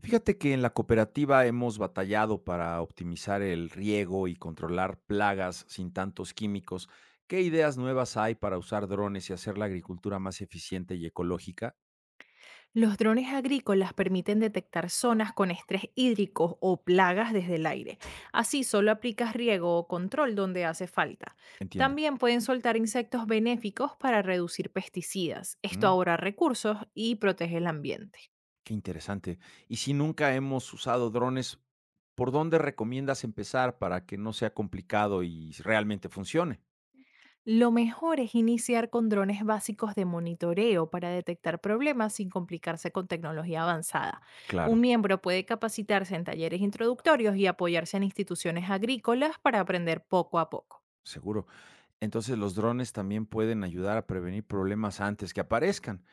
Fíjate que en la cooperativa hemos batallado para optimizar el riego y controlar plagas sin tantos químicos. ¿Qué ideas nuevas hay para usar drones y hacer la agricultura más eficiente y ecológica? Los drones agrícolas permiten detectar zonas con estrés hídrico o plagas desde el aire. Así solo aplicas riego o control donde hace falta. Entiendo. También pueden soltar insectos benéficos para reducir pesticidas. Esto Mm, ahorra recursos y protege el ambiente. Qué interesante. Y si nunca hemos usado drones, ¿por dónde recomiendas empezar para que no sea complicado y realmente funcione? Lo mejor es iniciar con drones básicos de monitoreo para detectar problemas sin complicarse con tecnología avanzada. Un Claro, miembro puede capacitarse en talleres introductorios y apoyarse en instituciones agrícolas para aprender poco a poco. seguro. Entonces los drones también pueden ayudar a prevenir problemas antes que aparezcan.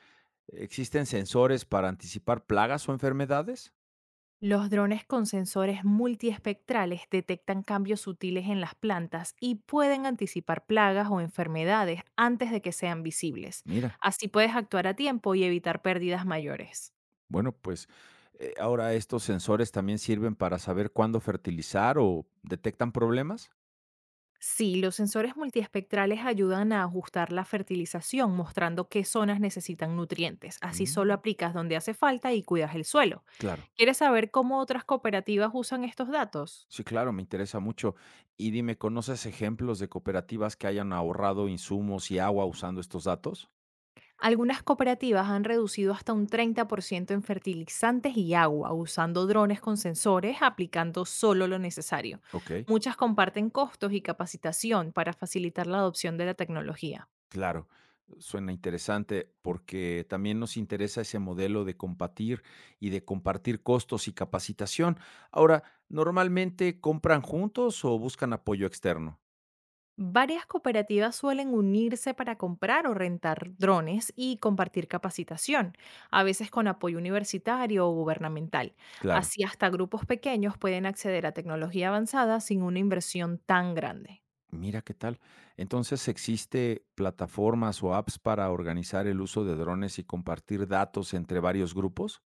¿Existen sensores para anticipar plagas o enfermedades? Los drones con sensores multiespectrales detectan cambios sutiles en las plantas y pueden anticipar plagas o enfermedades antes de que sean visibles. Mira, Así puedes actuar a tiempo y evitar pérdidas mayores. bueno, pues ahora estos sensores también sirven para saber cuándo fertilizar o detectan problemas. Sí, los sensores multiespectrales ayudan a ajustar la fertilización, mostrando qué zonas necesitan nutrientes. Así solo Mm, aplicas donde hace falta y cuidas el suelo. claro, ¿Quieres saber cómo otras cooperativas usan estos datos? sí, claro, me interesa mucho. Y dime, ¿conoces ejemplos de cooperativas que hayan ahorrado insumos y agua usando estos datos? Algunas cooperativas han reducido hasta un 30% en fertilizantes y agua, usando drones con sensores, aplicando solo lo necesario. Ok. Muchas comparten costos y capacitación para facilitar la adopción de la tecnología. Claro, suena interesante porque también nos interesa ese modelo de compartir y de compartir costos y capacitación. Ahora, ¿normalmente compran juntos o buscan apoyo externo? Varias cooperativas suelen unirse para comprar o rentar drones y compartir capacitación, a veces con apoyo universitario o gubernamental. Claro, Así hasta grupos pequeños pueden acceder a tecnología avanzada sin una inversión tan grande. mira qué tal. Entonces, ¿existe plataformas o apps para organizar el uso de drones y compartir datos entre varios grupos?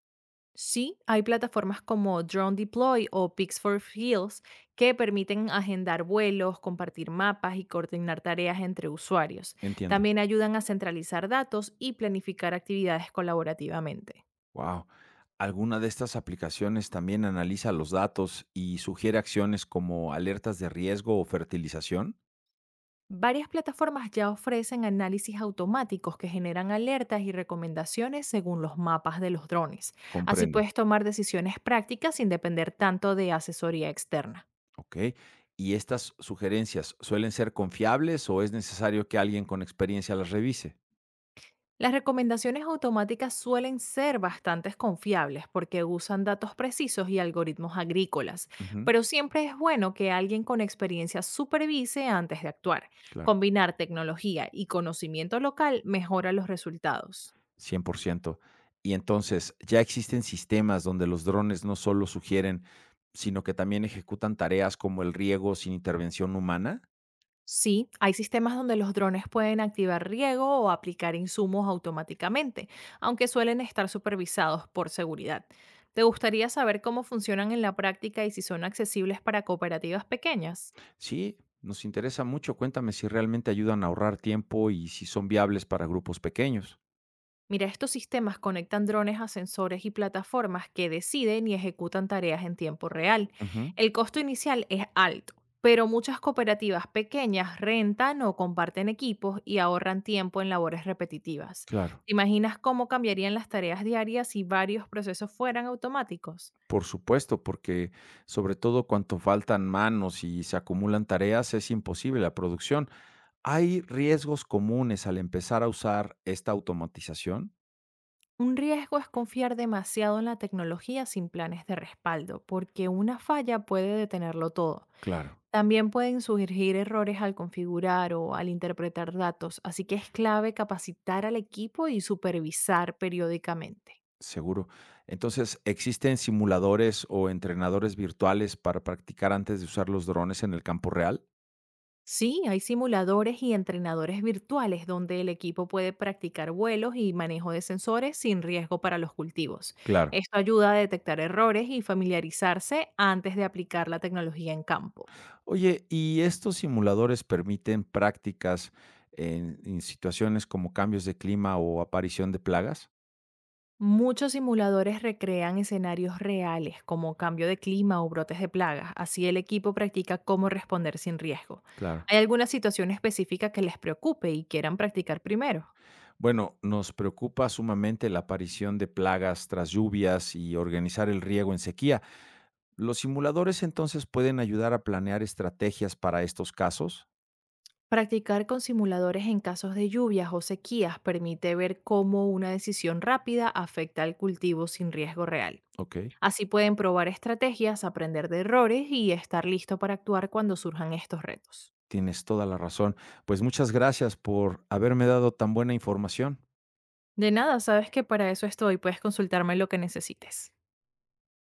Sí, hay plataformas como Drone Deploy o Pix for Heels que permiten agendar vuelos, compartir mapas y coordinar tareas entre usuarios. Entiendo. También ayudan a centralizar datos y planificar actividades colaborativamente. Wow. ¿Alguna de estas aplicaciones también analiza los datos y sugiere acciones como alertas de riesgo o fertilización? Varias plataformas ya ofrecen análisis automáticos que generan alertas y recomendaciones según los mapas de los drones. Así Comprendo, puedes tomar decisiones prácticas sin depender tanto de asesoría externa. okey. ¿Y estas sugerencias suelen ser confiables o es necesario que alguien con experiencia las revise? Las recomendaciones automáticas suelen ser bastante confiables porque usan datos precisos y algoritmos agrícolas, Ujú, pero siempre es bueno que alguien con experiencia supervise antes de actuar. claro. Combinar tecnología y conocimiento local mejora los resultados. 100 por ciento. Y entonces, ¿ya existen sistemas donde los drones no solo sugieren, sino que también ejecutan tareas como el riego sin intervención humana? Sí, hay sistemas donde los drones pueden activar riego o aplicar insumos automáticamente, aunque suelen estar supervisados por seguridad. ¿Te gustaría saber cómo funcionan en la práctica y si son accesibles para cooperativas pequeñas? Sí, nos interesa mucho. Cuéntame si realmente ayudan a ahorrar tiempo y si son viables para grupos pequeños. Mira, estos sistemas conectan drones a sensores y plataformas que deciden y ejecutan tareas en tiempo real. Ujú, El costo inicial es alto, pero muchas cooperativas pequeñas rentan o comparten equipos y ahorran tiempo en labores repetitivas. claro. ¿Te imaginas cómo cambiarían las tareas diarias si varios procesos fueran automáticos? Por supuesto, porque sobre todo cuanto faltan manos y se acumulan tareas, es imposible la producción. ¿Hay riesgos comunes al empezar a usar esta automatización? Un riesgo es confiar demasiado en la tecnología sin planes de respaldo, porque una falla puede detenerlo todo. Claro. También pueden surgir errores al configurar o al interpretar datos, así que es clave capacitar al equipo y supervisar periódicamente. Seguro. Entonces, ¿existen simuladores o entrenadores virtuales para practicar antes de usar los drones en el campo real? Sí, hay simuladores y entrenadores virtuales donde el equipo puede practicar vuelos y manejo de sensores sin riesgo para los cultivos. Claro. Esto ayuda a detectar errores y familiarizarse antes de aplicar la tecnología en campo. Oye, ¿y estos simuladores permiten prácticas en situaciones como cambios de clima o aparición de plagas? Muchos simuladores recrean escenarios reales como cambio de clima o brotes de plagas, así el equipo practica cómo responder sin riesgo. Claro. ¿Hay alguna situación específica que les preocupe y quieran practicar primero? Bueno, nos preocupa sumamente la aparición de plagas tras lluvias y organizar el riego en sequía. ¿Los simuladores entonces pueden ayudar a planear estrategias para estos casos? Practicar con simuladores en casos de lluvias o sequías permite ver cómo una decisión rápida afecta al cultivo sin riesgo real. Ok, Así pueden probar estrategias, aprender de errores y estar listo para actuar cuando surjan estos retos. tienes toda la razón. Pues muchas gracias por haberme dado tan buena información. De nada, sabes que para eso estoy, puedes consultarme lo que necesites.